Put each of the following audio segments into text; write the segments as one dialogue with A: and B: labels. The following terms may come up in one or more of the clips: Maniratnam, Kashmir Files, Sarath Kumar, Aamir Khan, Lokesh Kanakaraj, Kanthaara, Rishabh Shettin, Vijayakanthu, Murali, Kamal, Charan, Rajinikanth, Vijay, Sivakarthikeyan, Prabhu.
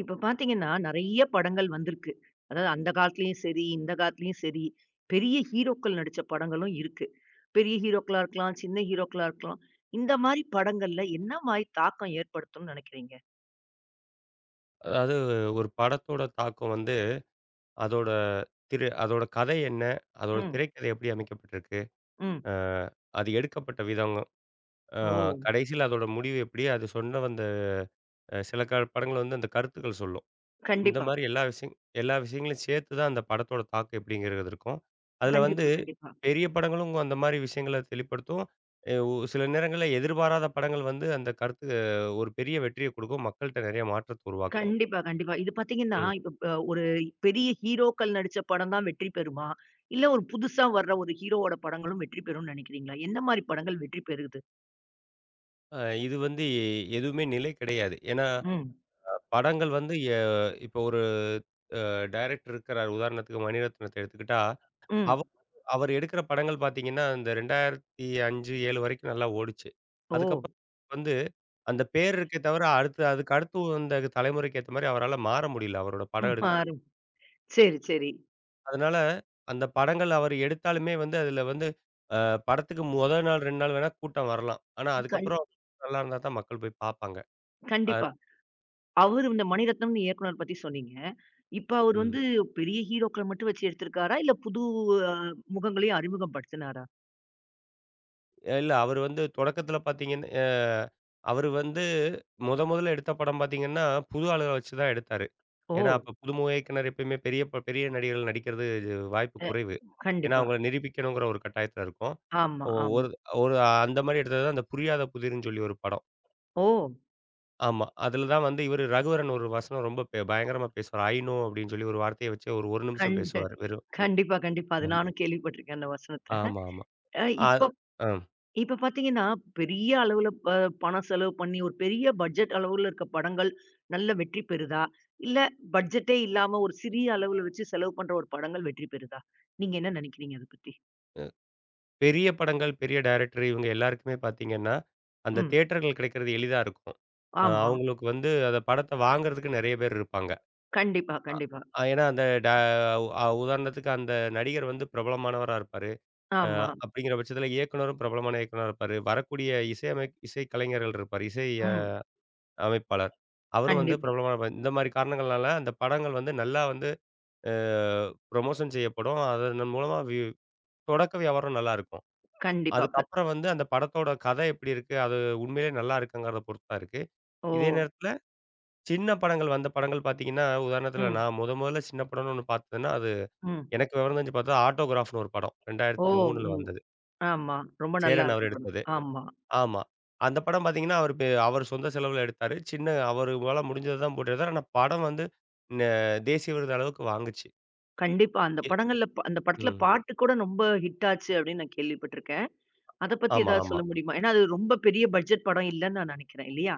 A: இப்ப பார்த்தீங்கன்னா, நெறைய படங்கள் வந்திருக்கு. அதாவது அந்த காலத்துலயும் சரி, இந்த காலத்துலயும் சரி, பெரிய ஹீரோக்கள் நடிச்ச படங்களும் இருக்கு. பெரிய ஹீரோக்களா இருக்கலாம், சின்ன ஹீரோக்களா இருக்கலாம். இந்த மாரி படங்கள்ல என்ன மாரி தாக்கம் ஏற்படுத்தும்னு நெனைக்கிறீங்க?
B: அதாவது ஒரு படத்தோட தாக்கம் வந்து அதோட அதோட கதை என்ன? அதோட
A: ம்,
B: திரைக்கதை எப்படி அமைக்கப்பட்டிருக்கு?
A: ம்.
B: அ அது எடுக்கப்பட்ட விதம், அ
A: ஓ!
B: கடைசியில அதோட முடிவு எப்படி? அது சொன்ன வந்த சில படங்கள் வந்து அந்த கருத்துக்கள் சொல்லும். இந்த
A: கண்டிப்பா,
B: மாரி எல்லா விஷயங்களையும் சேர்த்து தான் அந்த படத்தோட தாக்கம் எப்படிங்கிறது இருக்கும். அதில வந்து
A: கண்டிப்பா, கண்டிப்பா.
B: பெரிய படங்களும் அந்த மாரி விஷயங்கள தெளிப்படுத்தும். அ ஒ சில நேரங்கள்ல எதிர்பாராத படங்கள் வந்து அந்த கருத்து ஒரு பெரிய வெற்றிய குடுக்கும். மக்கள்ட்ட நெறைய மாற்றத்த உருவாக்கும்.
A: கண்டிப்பா, கண்டிப்பா. இது பார்த்தீங்கன்னா, இப்ப ப ஒரு பெரிய ஹீரோக்கள் நடிச்ச படம் தான் வெற்றி பெறுமா? இல்ல ஒரு புதுசா வர்ற ஒரு ஹீரோவோட படங்களும் வெற்றி பெறும்னு நெனைக்கிறீங்களா? என்ன மாரி படங்கள் வெற்றி பெறுது?
B: இது வந்து எதுவுமே நிலை கிடையாது. ஏன்னா,
A: ம்,
B: படங்கள் வந்து இப்போ ஒரு டைரக்டர் இருக்கிறார். உதாரணத்துக்கு மணிரத்னத்த எடுத்துக்கிட்டா,
A: ம்.
B: அவ அவர் எடுக்கிற படங்கள் பார்த்தீங்கன்னா, இந்த 2005, 7 வரைக்கும் நல்லா ஓடுச்சு.
A: ஓ!
B: அதுக்கப்புறம் வந்து அந்த பேர் இருக்கே தவிர, அதுக்கு அடுத்து வந்த தலைமுறைக்கு ஏத்த மாரி அவரால மாற முடியல, அவரோட
A: ம்.
B: படம் எடுக்கும்.
A: பாரு. சரி, சரி.
B: அதனால அந்த படங்கள் அவர் எடுத்தாலுமே வந்து அதில வந்து அ படத்துக்கு முதல் நாள், 2 நாள் வேணா கூட்டம் வரலாம். ஆனா
A: கண்
B: அதுக்கப்புறம் நல்லா இருந்தா தான் மக்கள் போய் பார்ப்பாங்க. அ
A: கண்டிப்பா. அவரு இந்த மணிரத்னம்னு இயக்குனர் பத்தி சொன்னீங்க. இப்ப அவரு
B: ம்.
A: வந்து பெரிய ஹீரோக்கள மட்டும் வச்சு எடுத்திருக்காரா? இல்ல புது அ முகங்களையும் அறிமுகப்படுத்தினாரா?
B: இல்ல அவரு வந்து தொடக்கத்தில பார்த்தீங்கன்னா, அ அவரு வந்து மொதல்ல எடுத்த படம் பார்த்தீங்கன்னா, புது ஆளுகள வச்சு தான் எடுத்தாரு.
A: ஓ!
B: ஏன்னா, அப்ப புதுமுக இயக்குனர் எப்பயுமே பெரிய பெரிய நடிகர்கள் நடிக்கிறது இது வாய்ப்பு
A: அ
B: குறைவு. ஏன்னா,
A: கண்டிப்பா.
B: அவங்கள நிரூபிக்கணுங்கிற ஒரு கட்டாயத்தில இருக்கும்.
A: ஆமா,
B: ஒ
A: ஆமா.
B: ஒரு ஒரு அந்த மாரி எடுத்தது தான் அந்த புரியாத புதிர்ன்னு சொல்லி ஒரு படம்.
A: ஓ!
B: ஆமா. அதில தான் வந்து இவரு ரகுவரன் ஒரு வசனம் ரொம்ப பயங்கரமா பேசுவார். "ஐ நோ" அப்படின்னு சொல்லி ஒரு வார்த்தைய வச்சு ஒரு 1
A: கண்
B: நிமிஷம் பேசுவாரு. வெறும்
A: கண்டிப்பா, கண்டிப்பா. அது
B: ஆமா
A: நானும் கேள்விப்பட்டிருக்கேன் அந்த வசனத்த.
B: ஆமா. ஆமா.
A: அ
B: ஆ.
A: இப்ப
B: அ.
A: இப்ப பார்த்தீங்கன்னா, பெரிய அளவுல பணம் செலவு பண்ணி, ஒரு பெரிய பட்ஜெட் அளவுல இருக்க படங்கள் நல்ல வெற்றி பெறுதா? இல்ல பட்ஜெட்டே இல்லாம ஒரு சிறிய அளவுல வச்சு செலவு பண்ற ஒரு படங்கள் வெற்றி பெறுதா? நீங்க என்ன நினைக்கிறீங்க அத பத்தி?
B: பெரிய படங்கள், பெரிய டைரக்டர் இவங்க எல்லாருக்குமே பார்த்தீங்கன்னா, அந்த
A: ம்.
B: தியேட்டர்கள் கிடைக்கிறது எளிதா இருக்கும்.
A: ஆமா.
B: அவங்களுக்கு வந்து அந்த படத்த வாங்குறதுக்கு நெறைய பேர் இருப்பாங்க.
A: கண்டிப்பா,
B: அ
A: கண்டிப்பா.
B: அ ஏன்னா அந்த ட அ உதாரணத்துக்கு அந்த நடிகர் வந்து பிரபலமானவரா இருப்பாரு. அ
A: ஆமா.
B: அப்படிங்கிற பட்சத்தில இயக்குனரும் பிரபலமான இயக்குனரா இருப்பாரு. வரக்கூடிய இசை கலைஞர்கள் இருப்பாரு. இசை
A: ம்.
B: அமைப்பாளர். அவரும் வந்து
A: கண்டிப்பா,
B: பிரபலமான இந்த மாரி காரணங்கள்னால அந்த படங்கள் வந்து நல்லா வந்து அ ப்ரமோஷன் செய்யப்படும். அதன் மூலமா தொடக்க வியாபாரம் நல்லாருக்கும்.
A: கண்டிப்பா.
B: அதுக்கப்புறம் வந்து அந்த படத்தோட கதை எப்படி இருக்கு? அது உண்மையிலேயே நல்லா இருக்குங்கிறத பொறுத்து தான் இருக்கு.
A: ஓ!
B: இதே நேரத்தில சின்ன படங்கள் வந்த படங்கள் பார்த்தீங்கன்னா, உதாரணத்தில
A: ம்,
B: நான் முதல்ல சின்ன படம்ன்னு ஒண்ணு பார்த்ததுன்னா, அது
A: ம்.
B: எனக்கு விவரம் தெரிஞ்சு பார்த்தா ஆட்டோகிராஃப்னு ஒரு படம்.
A: ஓ!
B: 2003ல
A: ம்.
B: வந்தது.
A: ஆமா. ரொம்ப நல்லா
B: சேரன்
A: இருந்த
B: அவர்
A: படம்.
B: எடுத்தது.
A: ஆமா.
B: ஆமா. அந்த படம் பார்த்தீங்கன்னா, அவரு பெ அவர் சொந்த செலவுல எடுத்தாரு. சின்ன அவரு போல முடிஞ்சத தான் போட்டு எடுத்தாரு. ஆனா படம் வந்து ந தேசிய விருது அளவுக்கு வாங்குச்சு.
A: கண்டிப்பா. அந்த
B: எ
A: படங்கள்ல அந்த படத்துல
B: ம்.
A: பாட்டு கூட ரொம்ப ஹிட் ஆச்சு அப்படின்னு நான் கேள்விப்பட்டிருக்கேன். அத பத்தி
B: ஆமா,
A: ஏதாவது
B: ஆமா.
A: சொல்ல முடியுமா? ஏன்னா அது ரொம்ப பெரிய பட்ஜெட் படம் இல்லன்னு நான் நினைக்கிறேன். இல்லையா?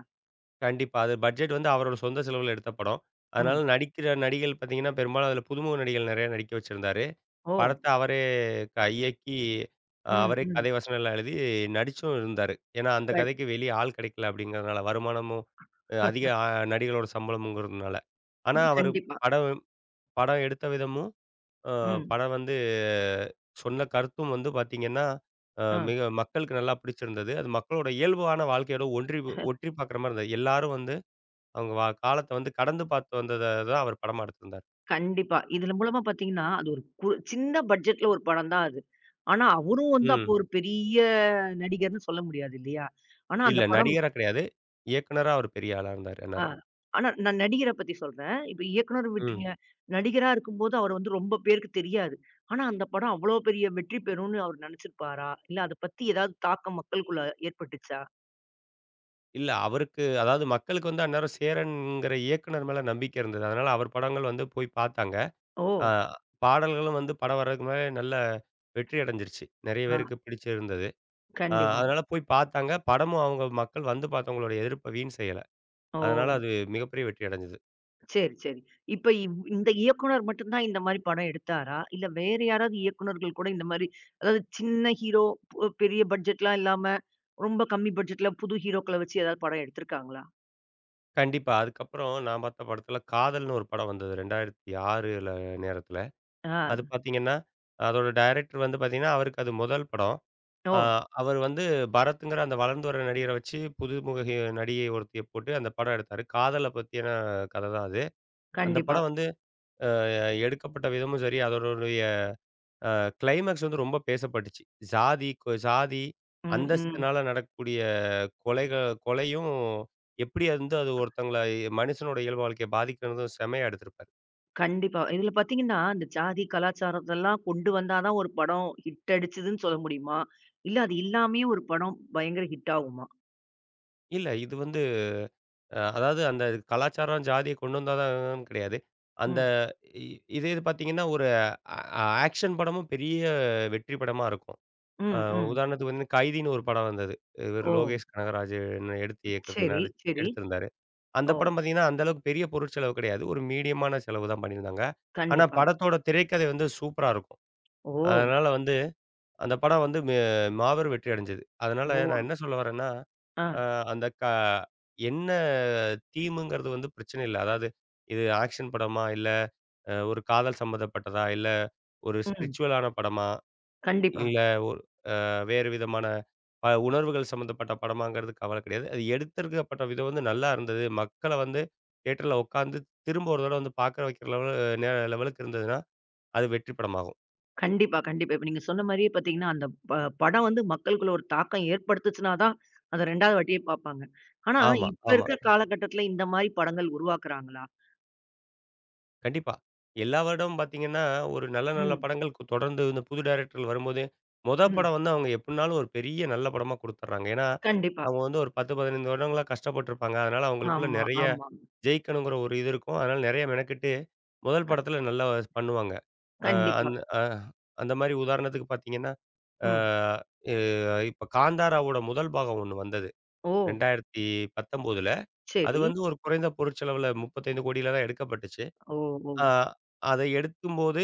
B: கண்டிப்பா. அது பட்ஜெட் வந்து அவரோட சொந்த செலவுல எடுத்த படம். அதனால
A: ம்.
B: நடிக்கிற நடிகைகள் பார்த்தீங்கன்னா, பெரும்பாலும் அதில புதுமுக நடிகைகள் நெறைய நடிக்க வச்சிருந்தாரு.
A: ஓ!
B: படத்த அவரே இயக்கி,
A: ம்,
B: அவரே
A: ம்.
B: கதை வசனம்லாம் எழுதி நடிச்சும் இருந்தாரு. ஏன்னா, அந்த
A: க
B: கதைக்கு வெளிய ஆள் கிடைக்கல அப்படிங்கிறதுனால, வருமானமும் அ அதிக அ நடிகரோட சம்பளமுங்கிறதுனால. ஆனா,
A: ம்.
B: அவரு
A: கண்டிப்பா.
B: படம் படம் எடுத்த விதமும், அ
A: ம்.
B: படம் வந்து சொன்ன கருத்தும் வந்து பார்த்தீங்கன்னா, அ
A: ஆ.
B: மிக மக்களுக்கு நல்லா பிடிச்சிருந்தது. அது மக்களோட இயல்பான வாழ்க்கையோட ஒற்றி பார்க்குற மாரி இருந்தது. எல்லாரும் வந்து அவங்க காலத்த வந்து கடந்து பார்த்து வந்தத தான் அவர் படமா எடுத்திருந்தார்.
A: கண்டிப்பா. இதுல மூலமா பார்த்தீங்கன்னா, அது ஒரு சின்ன பட்ஜெட்ல ஒரு படம் தான் அது. ஆனா, அவரும் வந்து அப்போ
B: ம்.
A: ஒரு பெரிய நடிகர்ன்னு சொல்ல முடியாது இல்லையா? ஆனா அந்த
B: இல்ல
A: படம்
B: நடிகரா கிடையாது. இயக்குனரா அவர் பெரிய ஆளா இருந்தாரு
A: ஆ
B: அந்நேரம்.
A: ஆனா நான் நடிகர பத்தி சொல்றேன். இப்ப இயக்குனர்
B: ம்.
A: விட்டுருங்க. நடிகரா இருக்கும்போது அவர வந்து ரொம்ப பேருக்கு தெரியாது. ஆனா அந்த படம் அவ்வளோ பெரிய வெற்றி பெறும்னு அவர் நினைச்சிருப்பாரா? இல்ல அத பத்தி ஏதாவது தாக்கம் மக்களுக்குள்ள ஏற்பட்டுச்சா?
B: இல்ல அவருக்கு அதாவது மக்களுக்கு வந்து அந்நேரம் சேரன்ங்கிற இயக்குனர் மேல நம்பிக்கை இருந்தது. அதனால அவர் படங்கள் வந்து போய் பார்த்தாங்க. ஆ
A: ஓ!
B: பாடல்களும் வந்து படம் வர்றதுக்கு முன்னாலே நல்ல வெற்றி அடைஞ்சிருச்சு. நெறைய
A: ஆ
B: பேருக்கு பிடிச்சிருந்தது.
A: கண்டிப்பா.
B: அதனால போய் பார்த்தாங்க. படமும் அவங்க மக்கள் வந்து பார்த்தவங்களோட எதிர்ப்ப வீண் செய்யல.
A: ஓ!
B: அதனால அது மிகப்பெரிய வெற்றி அடைஞ்சது.
A: சரி, சரி. இப்ப இந்த இயக்குனர் மட்டும் தான் இந்த மாரி படம் எடுத்தாரா? இல்ல வேற யாராவது இயக்குனர்கள் கூட இந்த மாரி அதாவது சின்ன ஹீரோ, பெரிய பட்ஜெட்லாம் இல்லாம, ரொம்ப கம்மி பட்ஜெட்ல புது ஹீரோக்கள வச்சு ஏதாவது படம் எடுத்திருக்காங்களா?
B: கண்டிப்பா. அதுக்கப்புறம் நான் பார்த்த படத்துல காதல்னு ஒரு படம் வந்தது. 2006ல நேரத்துல.
A: ஆ.
B: அது பார்த்தீங்கன்னா, அதோட டைரக்டர் வந்து பார்த்தீங்கன்னா, அவருக்கு அது முதல் படம்.
A: ஓ!
B: அ அவர் வந்து பரத்ங்கிற அந்த வளர்ந்து வர நடிகர வச்சு, புதுமுக நடிகை ஒருத்திய போட்டு அந்த படம் எடுத்தாரு. காதல பத்தியான கத தான் அது. அந்த
A: கண்டிப்பா.
B: படம் வந்து எடுக்கப்பட்ட விதமும் சரி, அதனுடைய கிளைமாக்ஸ் வந்து ரொம்ப பேசப்பட்டுச்சு. ஜாதி
A: ம், ம்.
B: அந்தஸ்தினால நடக்கக்கூடிய கொலைக கொலையும், எப்படி அது வந்து அது ஒருத்தங்கள மனுஷனோட இயல்பு வாழ்க்கைய பாதிக்கிறதும் செம்மையா எடுத்திருப்பாரு.
A: கண்டிப்பா. இதுல பார்த்தீங்கன்னா, அந்த ஜாதி கலாச்சாரத்தெல்லாம் கொண்டு வந்தா தான் ஒரு படம் ஹிட் அடிச்சதுன்னு சொல்ல முடியுமா? இல்ல அது இல்லாமயே ஒரு படம் பயங்கர ஹிட் ஆகுமா?
B: இல்ல இது வந்து அதாவது அந்த கலாச்சாரம், ஜாதிய கொண்டு வந்தா தான் கிடையாது. அந்த
A: ம்.
B: இ இதே இது பார்த்தீங்கன்னா, ஒரு ஆக்ஷன் படமும் பெரிய வெற்றி படமா இருக்கும். அ
A: ம், ம்.
B: உதாரணத்துக்கு வந்து கைதின்னு ஒரு படம் வந்தது. இவர்
A: ஓ!
B: லோகேஷ் கனகராஜ் எடுத்து இயக்கத்தில
A: சரி,
B: நடி
A: சரி.
B: எடுத்திருந்தாரு. அந்த
A: ஓ!
B: படம் பார்த்தீங்கன்னா, அந்த அளவுக்கு பெரிய பொருட்செலவு கிடையாது. ஒரு மீடியமான செலவு தான் பண்ணியிருந்தாங்க. ஆனா
A: கண்டிப்பா.
B: படத்தோட திரைக்கதை வந்து சூப்பரா இருக்கும்.
A: ஓ!
B: அதனால வந்து அந்த படம் வந்து மாபெரும் வெற்றி அடைஞ்சது. அதனால
A: ஓ!
B: நான் என்ன சொல்ல வரேன்னா
A: ஆ.
B: அ அந்த க என்ன தீமுங்கிறது வந்து பிரச்சனை இல்ல. அதாவது இது ஆக்ஷன் படமா? இல்ல ஒரு காதல் சம்மந்தப்பட்டதா? இல்ல ஒரு
A: ம்.
B: ஸ்பிரிச்சுவலான படமா?
A: கண்டிப்பா.
B: இல்ல ஒரு வேறு விதமான உணர்வுகள் சம்மந்தப்பட்ட படமாங்கிறது கவலை கிடையாது. அது எடுத்திருக்கப்பட்ட விதம் வந்து நல்லா இருந்தது. மக்கள வந்து தியேட்டர்ல உட்காந்து திரும்ப ஒரு தடவ வந்து பார்க்க வைக்கிற நே லெவலுக்கு இருந்ததுன்னா, அது வெற்றி படமாகும்.
A: கண்டிப்பா, கண்டிப்பா. இப்ப நீங்க சொன்ன மாரியே பார்த்தீங்கன்னா, அந்த படம் வந்து மக்களுக்குள்ள ஒரு தாக்கம் ஏற்படுத்துச்சுனா தான், அத 2வது வாட்டியே பார்ப்பாங்க. ஆனா,
B: ஆமா,
A: இப்ப
B: ஆமா.
A: இருக்கிற காலகட்டத்தில இந்த மாரி படங்கள் உருவாக்குறாங்களா?
B: கண்டிப்பா. எல்லா வருடமும் பார்த்தீங்கன்னா, ஒரு நல்ல நல்ல
A: ம்,
B: படங்கள் தொடர்ந்து இந்த புது டைரக்டர்கள் வரும்போது,
A: ம்.
B: படம் வந்து அவங்க எப்டினாலும் ஒரு பெரிய நல்ல படமா குடுத்துர்றாங்க. ஏன்னா,
A: கண்டிப்பா.
B: அவங்க வந்து ஒரு 10, 15 வருடங்களா கஷ்டப்பட்டுருப்பாங்க. அதனால அவங்களுக்குள்ள
A: ஆமா,
B: நெறைய
A: ஆமா.
B: ஜெயிக்கணுங்கிற ஒரு இது இருக்கும். அதனால நெறைய மெனக்கெட்டு முதல் படத்துல நல்லா பண்ணுவாங்க. அ
A: கண்டிப்பா.
B: அந் அ அந்த மாரி உதாரணத்துக்கு பார்த்தீங்கன்னா, அ
A: ம்.
B: எ இப்ப காந்தாராவோட முதல் பாகம் ஒண்ணு வந்தது.
A: ஓ!
B: 2019ல. அது
A: சரி.
B: வந்து ஒரு குறைந்த பொருட்செலவுல 35,00,00,000 தான் எடுக்கப்பட்டுச்சு.
A: ஓ! ஓ!
B: ஆ அத எடுக்கும்போது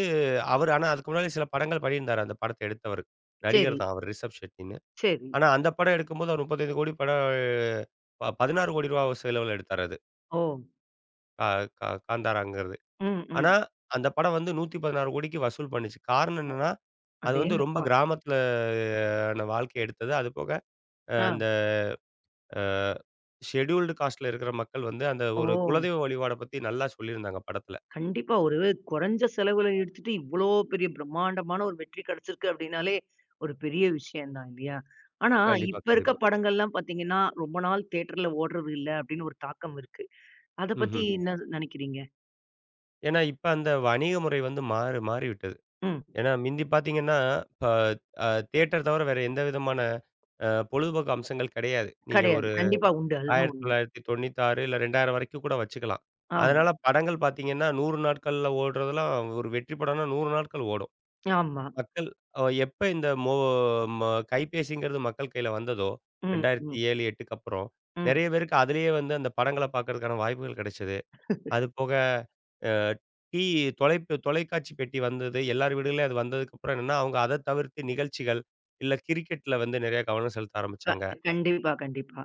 B: ஆனா அதுக்கு முன்னாடி சில படங்கள் பண்ணியிருந்தாரு, அந்த படத்த எடுத்தவரு.
A: சரி,
B: நடிகர் தான் அவரு ரிஷப் ஷெட்டின்னு.
A: சரி.
B: ஆனா அந்த படம் எடுக்கும்போது அவர் 35,00,00,000 படம் ப ரூ. 16,00,00,000 செலவுல எடுத்தாரு அது.
A: ஓ!
B: கா கா காந்தாராங்கிறது.
A: ம்,
B: ஆனா
A: ம்.
B: அந்த படம் வந்து 116,00,00,000 வசூல் பண்ணுச்சு. காரணம் என்னன்னா, அது வந்து ரொம்ப
A: அடேங்கப்பா!
B: கிராமத்துல ன வாழ்க்கைய எடுத்தது. அதுபோக அ
A: ஆ.
B: இந்த அ ஷெட்யூல்டு காஸ்ட்ல இருக்கிற மக்கள் வந்து அந்த
A: ஓ!
B: ஒரு குலதெய்வ வழிபாட பத்தி நல்லா சொல்லியிருந்தாங்க படத்துல.
A: கண்டிப்பா. ஒரு குறைஞ்ச செலவுல எடுத்துட்டு இவ்வளோ பெரிய பிரம்மாண்டமான ஒரு வெற்றி கிடைச்சிருக்கு அப்படின்னாலே, ஒரு பெரிய விஷயம் தான் இல்லையா? ஆனா
B: கண்டிப்பா,
A: இப்ப இருக்க
B: கண்டிப்பா.
A: படங்கள்லாம் பார்த்தீங்கன்னா, ரொம்ப நாள் தியேட்டர்ல ஓடுறது இல்ல அப்படின்னு ஒரு தாக்கம் இருக்கு. அத பத்தி
B: ம்ஹ்ம்.
A: ம். என்ன நெனைக்கிறீங்க?
B: ஏன்னா, இப்ப அந்த வணிக முறை வந்து மாறிவிட்டது.
A: ம்.
B: ஏன்னா, மிந்தி பார்த்தீங்கன்னா, இப்ப தியேட்டர் தவிர வேற எந்த விதமான பொழுதுபோக்கு அம்சங்கள் கிடையாது. நீங்க
A: கிடையாது.
B: ஒரு
A: கண்டிப்பா உண்டு. அதுதான் உண்ம.
B: 1996 இல்ல 2000 வரைக்கும் கூட வச்சுக்கலாம்.
A: ஆமா,
B: அதனால படங்கள் பார்த்தீங்கன்னா, 100 நாட்கள்ல ஓடுறதெல்லாம் ஒரு வெற்றி படம்னா 100 நாட்கள் ஓடும்.
A: ஆமா.
B: மக்கள் எப்ப இந்த மோ ம கைபேசிங்கிறது மக்கள் கையில வந்ததோ,
A: ம், ம்,
B: 2007, 8க்கு அப்புறம்,
A: ம்.
B: நெறைய பேருக்கு அதிலேயே வந்து அந்த படங்கள பார்க்கறதுக்கான வாய்ப்புகள் கிடைச்சது. அது போக அ டீ தொலைக்காட்சி பெட்டி வந்தது. எல்லார் வீடுகள்லயும் அது வந்ததுக்கப்புறம் என்னன்னா, அவங்க அத தவிர்த்து நிகழ்ச்சிகள், இல்ல கிரிக்கெட்ல வந்து நிறைய கவனம் செலுத்த
A: க
B: ஆரம்பிச்சாங்க.
A: கண்டிப்பா, கண்டிப்பா.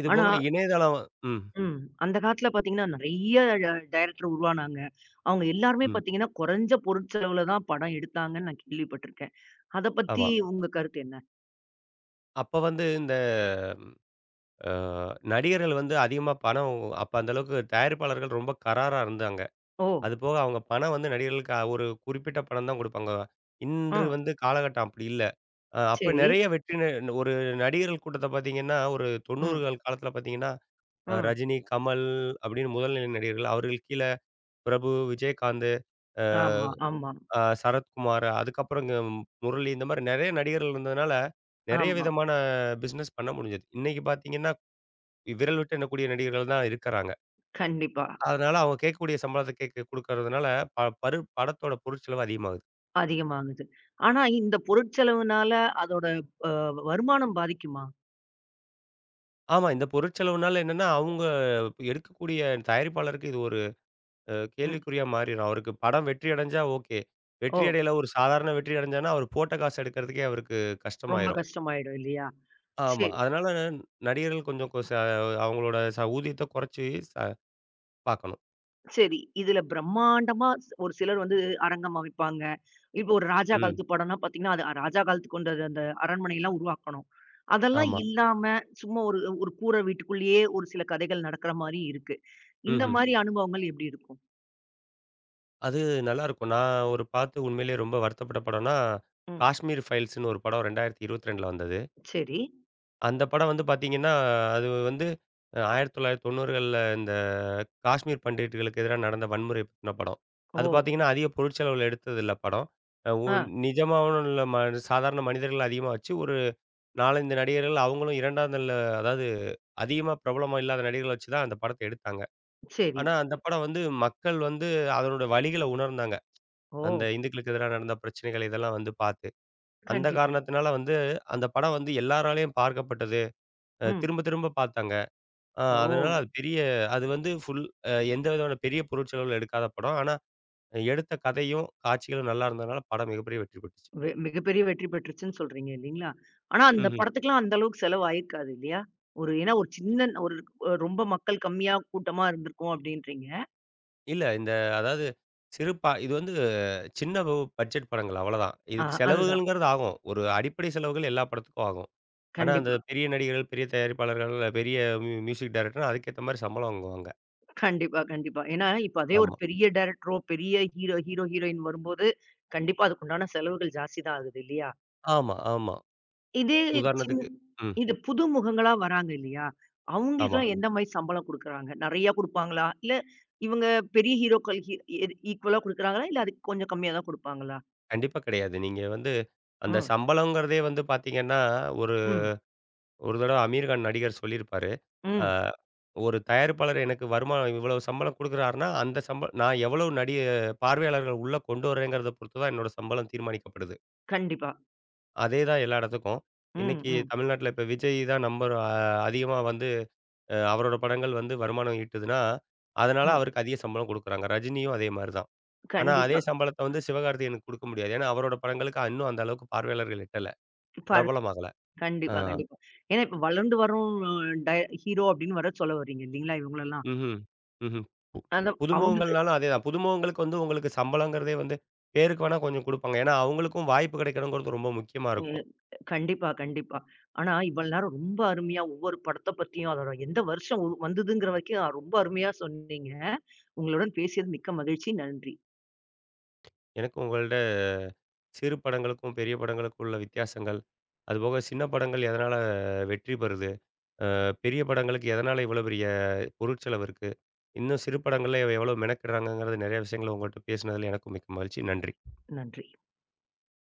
B: இது
A: ஆனா
B: போக இணையதளம். ம்,
A: ம். அந்த காலத்துல பாத்தீங்கன்னா, நெறைய டைரக்டர் உருவானாங்க. அவங்க எல்லாருமே
B: ம்.
A: பாத்தீங்கன்னா, குறைஞ்ச பொருட்செலவுல தான் படம் எடுத்தாங்கன்னு நான் கேள்விப்பட்டுருக்கேன். அத பத்தி
B: ஆமா.
A: உங்க கருத்து என்ன?
B: அப்ப வந்து இந்த அ நடிகர்கள் வந்து அதிகமா பணம் அப்ப அந்த அளவுக்கு தயாரிப்பாளர்கள் ரொம்ப கராரா இருந்தாங்க.
A: ஓ!
B: அது போக அவங்க பணம் வந்து நடிகர்களுக்கு ஒரு குறிப்பிட்ட பணம் தான் குடுப்பாங்க. இன்று
A: ம்.
B: வந்து காலகட்டம் அப்படி இல்ல. அ அப்ப
A: சரி.
B: நிறைய வெற்றி ந ஒரு நடிகர்கள் கூட்டத்த பார்த்தீங்கன்னா, ஒரு
A: ம்,
B: 90கள் காலத்தில பார்த்தீங்கன்னா,
A: ம்.
B: ரஜினி, கமல் அப்படின்னு முதல்நிலை நடிகர்கள். அவர்களுக்கு கீழ பிரபு, விஜயகாந்து, அ
A: ஆமா, ஆமா,
B: அ சரத்குமார், அதுக்கப்புறம் இங்க முரளி இந்த மாரி நெறைய நடிகர்கள் இருந்ததுனால, நெறைய
A: ஆமா.
B: விதமான பிசினஸ் பண்ண முடிஞ்சது. இன்னைக்கு பார்த்தீங்கன்னா, விரல் விட்டு எண்ணக்கூடிய நடிகர்கள் தான் இருக்கறாங்க.
A: கண்டிப்பா.
B: அதனால அவங்க கேட்கக்கூடிய சம்பளத்த கேட்க குடுக்கறதுனால, ப பரு படத்தோட பொருட்செலவு அதிகமாகுது.
A: அதிகமாகுது. ஆனா இந்த பொருட்செலவுனால அதோட அ வருமானம் பாதிக்குமா?
B: ஆமா. இந்த பொருட்செலவுனால என்னன்னா, அவங்க எடுக்கக்கூடிய தயாரிப்பாளருக்கு இது ஒரு
A: ம்.
B: கேள்விக்குறியா மாறிரும். அவருக்கு படம் வெற்றி அடைஞ்சா ஓகே. வெற்றி
A: ஓ!
B: அடையல ஒரு சாதாரண வெற்றி அடைஞ்சான்னா, அவர் போட்ட காசு எடுக்கிறதுக்கே அவருக்கு
A: ரொம்ப
B: கஷ்டமாயிரும்.
A: கஷ்டமாயிடும் இல்லையா?
B: ஆமா.
A: சரி.
B: அதனால நடிகர்கள் கொஞ்சம் கொ ச அவங்களோட ஊதியத்த குறைச்சு ச பார்க்கணும்.
A: சரி. இதுல பிரம்மாண்டமா ஒரு சிலர் வந்து அரங்கம் அமைப்பாங்க. இப்போ ஒரு ராஜா
B: ம்.
A: காலத்து படம்னா பார்த்தீங்கன்னா, அது ராஜா காலத்துக்கு கொண்டது அந்த அரண்மனைலாம் உருவாக்கணும். அதெல்லாம்
B: ஆமா.
A: இல்லாம சும்மா ஒரு ஒரு கூரை வீட்டுக்குள்ளேயே ஒரு சில கதைகள் நடக்கிற மாரி இருக்கு. இந்த
B: ம்ஹ்ம்.
A: ஆமாங்க. மாரி அனுபவங்கள் எப்படி இருக்கும்?
B: அது நல்லாயிருக்கும். நான் ஒரு பார்த்து உண்மையிலேயே ரொம்ப வருத்தப்பட்ட படம்னா,
A: ம்.
B: காஷ்மீர் ஃபைல்ஸ்ன்னு ஒரு படம் 2022ல வந்தது.
A: சரி.
B: அந்த படம் வந்து பார்த்தீங்கன்னா, அது வந்து 1990கள்ல இந்த காஷ்மீர் பண்டிட்டுகளுக்கு எதிரா நடந்த வன்முறை பத்தின படம்.
A: ஓ!
B: அது பார்த்தீங்கன்னா, அதிக பொருட்செலவுல எடுத்ததில்ல படம். அ உ
A: ஆ.
B: நிஜமாவும் உள்ள சாதாரண மனிதர்கள் அதிகமா வச்சு, ஒரு 4, 5 நடிகர்கள் அவங்களும் 2ஆம் நில அதாவது அதிகமா பிரபலமா இல்லாத நடிகர்கள வச்சு தான் அந்த படத்த எடுத்தாங்க.
A: சரி.
B: ஆனா, அந்த படம் வந்து மக்கள் வந்து அதனோட வலிகள உணர்ந்தாங்க. அந்த
A: ஓ!
B: இந்துக்களுக்கு எதிரா நடந்த பிரச்சனைகள் இதெல்லாம் வந்து பார்த்து. அந்த
A: கண்டிப்பா.
B: காரணத்தினால வந்து அந்த படம் வந்து எல்லாராலயும் பார்க்கப்பட்டது.
A: ம்.
B: திரும்ப திரும்ப பார்த்தாங்க.
A: ஓ!
B: அதனால அது பெரிய அது வந்து ஃபுல் எந்த விதமான பெரிய பொருட்செலவுல எடுக்காத படம். ஆனா, எடுத்த கதையும், காட்சிகளும் நல்லா இருந்ததுனால படம் மிகப்பெரிய வெற்றி பெற்றுச்சு.
A: மிகப்பெரிய வெற்றி பெற்றுச்சுன்னு சொல்றீங்க இல்லீங்களா? ஆனா அந்த
B: ம்ஹ்ம்.
A: படத்துக்குலாம் அந்த அளவுக்கு செலவு ஆயிருக்காது இல்லையா? ஒரு ஏன்னா ஒரு சின்ன ஒரு ரொம்ப மக்கள் கம்மியா கூட்டமா இருந்திருக்கும் அப்டின்றீங்க.
B: இல்ல இந்த அதாவது சிறு பா இது வந்து சின்ன ப பட்ஜெட் படங்கள் அவ்வளதான்.
A: ஆ
B: இதுக்கு
A: அதுதான்.
B: செலவுகள்ங்கிறது ஆகும். ஒரு அடிப்படை செலவுகள் எல்லா படத்துக்கும் ஆகும். ஆனா, அந்த
A: கண்டிப்பா,
B: பெரிய நடிகர்கள், பெரிய தயாரிப்பாளர்கள், பெரிய மியூசிக் டைரக்டர்னா அதுக்கேத்த மாரி சம்பளம் வாங்குவாங்க.
A: கண்டிப்பா, கண்டிப்பா. ஏன்னா இப்ப அதே ஒரு
B: ஆமா.
A: பெரிய டைரக்டரோ, பெரிய ஹீரோ, ஹீரோயின் வரும்போது கண்டிப்பா அதுக்குண்டான செலவுகள் ஜாஸ்தி தான் ஆகுது இல்லையா?
B: ஆமா, ஆமா.
A: இதே சின்
B: உதாரணத்துக்கு. ம்.
A: இது புது முகங்களா வராங்க இல்லையா?
B: ஆமா.
A: அவங்களுக்குலாம் எந்த மாரி சம்பளம் குடுக்குறாங்க? நெறையா குடுப்பாங்களா? இல்ல இவங்க பெரிய ஹீரோக்கள் ஹீ எ ஈக்குவலா குடுக்குறாங்களா? இல்ல அதுக்கு கொஞ்சம் கம்மியா தான் குடுப்பாங்களா?
B: கண்டிப்பா கிடையாது. நீங்க வந்து அந்த
A: ம்,
B: சம்பளம்ங்கிறதே வந்து பார்த்தீங்கன்னா, ஒரு
A: ம்,
B: ஒரு தடவ அமீர் கான் நடிகர் சொல்லியிருப்பாரு. அ
A: ம்.
B: ஒரு தயாரிப்பாளர் எனக்கு வருமானம் இவ்வளவு சம்பளம் குடுக்குறாருன்னா, அந்த சம்ப நான் எவ்வளவு நடி பார்வையாளர்கள் உள்ள கொண்டு வரேங்கிறத பொறுத்து தான் என்னோட சம்பளம் தீர்மானிக்கப்படுது.
A: கண்டிப்பா.
B: அதே தான் எல்லா இடத்துக்கும்.
A: ம்,
B: இன்னைக்கு
A: ம்,
B: தமிழ்நாட்ல இப்ப விஜய் தான் நம்பர் அ அதிகமா வந்து அவரோட படங்கள் வந்து வருமானம் ஈட்டுதுன்னா, அதனால
A: ம்.
B: அவருக்கு அதிக சம்பளம் குடுக்குறாங்க. ரஜினியும் அதே மாரி தான். ஆனா அதே
A: கண்டிப்பா.
B: சம்பளத்த வந்து சிவகார்த்திகேயனுக்கு குடுக்க முடியாது. ஏன்னா அவரோட படங்களுக்கு இன்னும் அந்த அளவுக்கு பார்வையாளர்கள் எட்டல.
A: பாரு
B: பிரபலமாகல. ஆ.
A: கண்டிப்பா, கண்டிப்பா. ஏன்னா இப்ப வளர்ந்து வரும் டை ஹீரோ அப்படின்னு வர சொல்ல வர்றீங்க இல்லீங்களா? இவங்களெல்லாம்.
B: ம்ஹ்ம். ம்ஹ்ம்.
A: அந்த
B: புது
A: அவங்களுக்கு
B: முகங்கள்னாலும் அதேதான். புது முகங்களுக்கு வந்து உங்களுக்கு சம்பளங்கிறதே வந்து பேருக்கு வேணா கொஞ்சம் குடுப்பாங்க. ஏன்னா, அவங்களுக்கும் வாய்ப்பு கிடைக்கணுங்கிறது ரொம்ப முக்கியமா
A: அ
B: இருக்கும்.
A: கண்டிப்பா, கண்டிப்பா. ஆனா இவ்வளவு நேரம் ரொம்ப அருமையா ஒவ்வொரு படத்த பத்தியும், அதோட எந்த வருஷம் வந்ததுங்கிற வரைக்கும் ரொம்ப அருமையா சொன்னீங்க. உங்களுடன் பேசியது மிக்க மகிழ்ச்சி. நன்றி.
B: எனக்கு உங்கள்ட்ட சிறு படங்களுக்கும், பெரிய படங்களுக்கும் உள்ள வித்தியாசங்கள், அதுபோக சின்ன படங்கள் எதனால வெற்றி பெறுது? பெரிய படங்களுக்கு எதனால இவ்வளோ பெரிய பொருட்செலவு இருக்கு? இன்னும் சிறு படங்கள்ல எவ்வளோ மெனக்கிடுறாங்கங்கிறது நெறைய விஷயங்கள உங்கள்ட்ட பேசினதுல எனக்கும் மிக்க மகிழ்ச்சி. நன்றி.
A: நன்றி.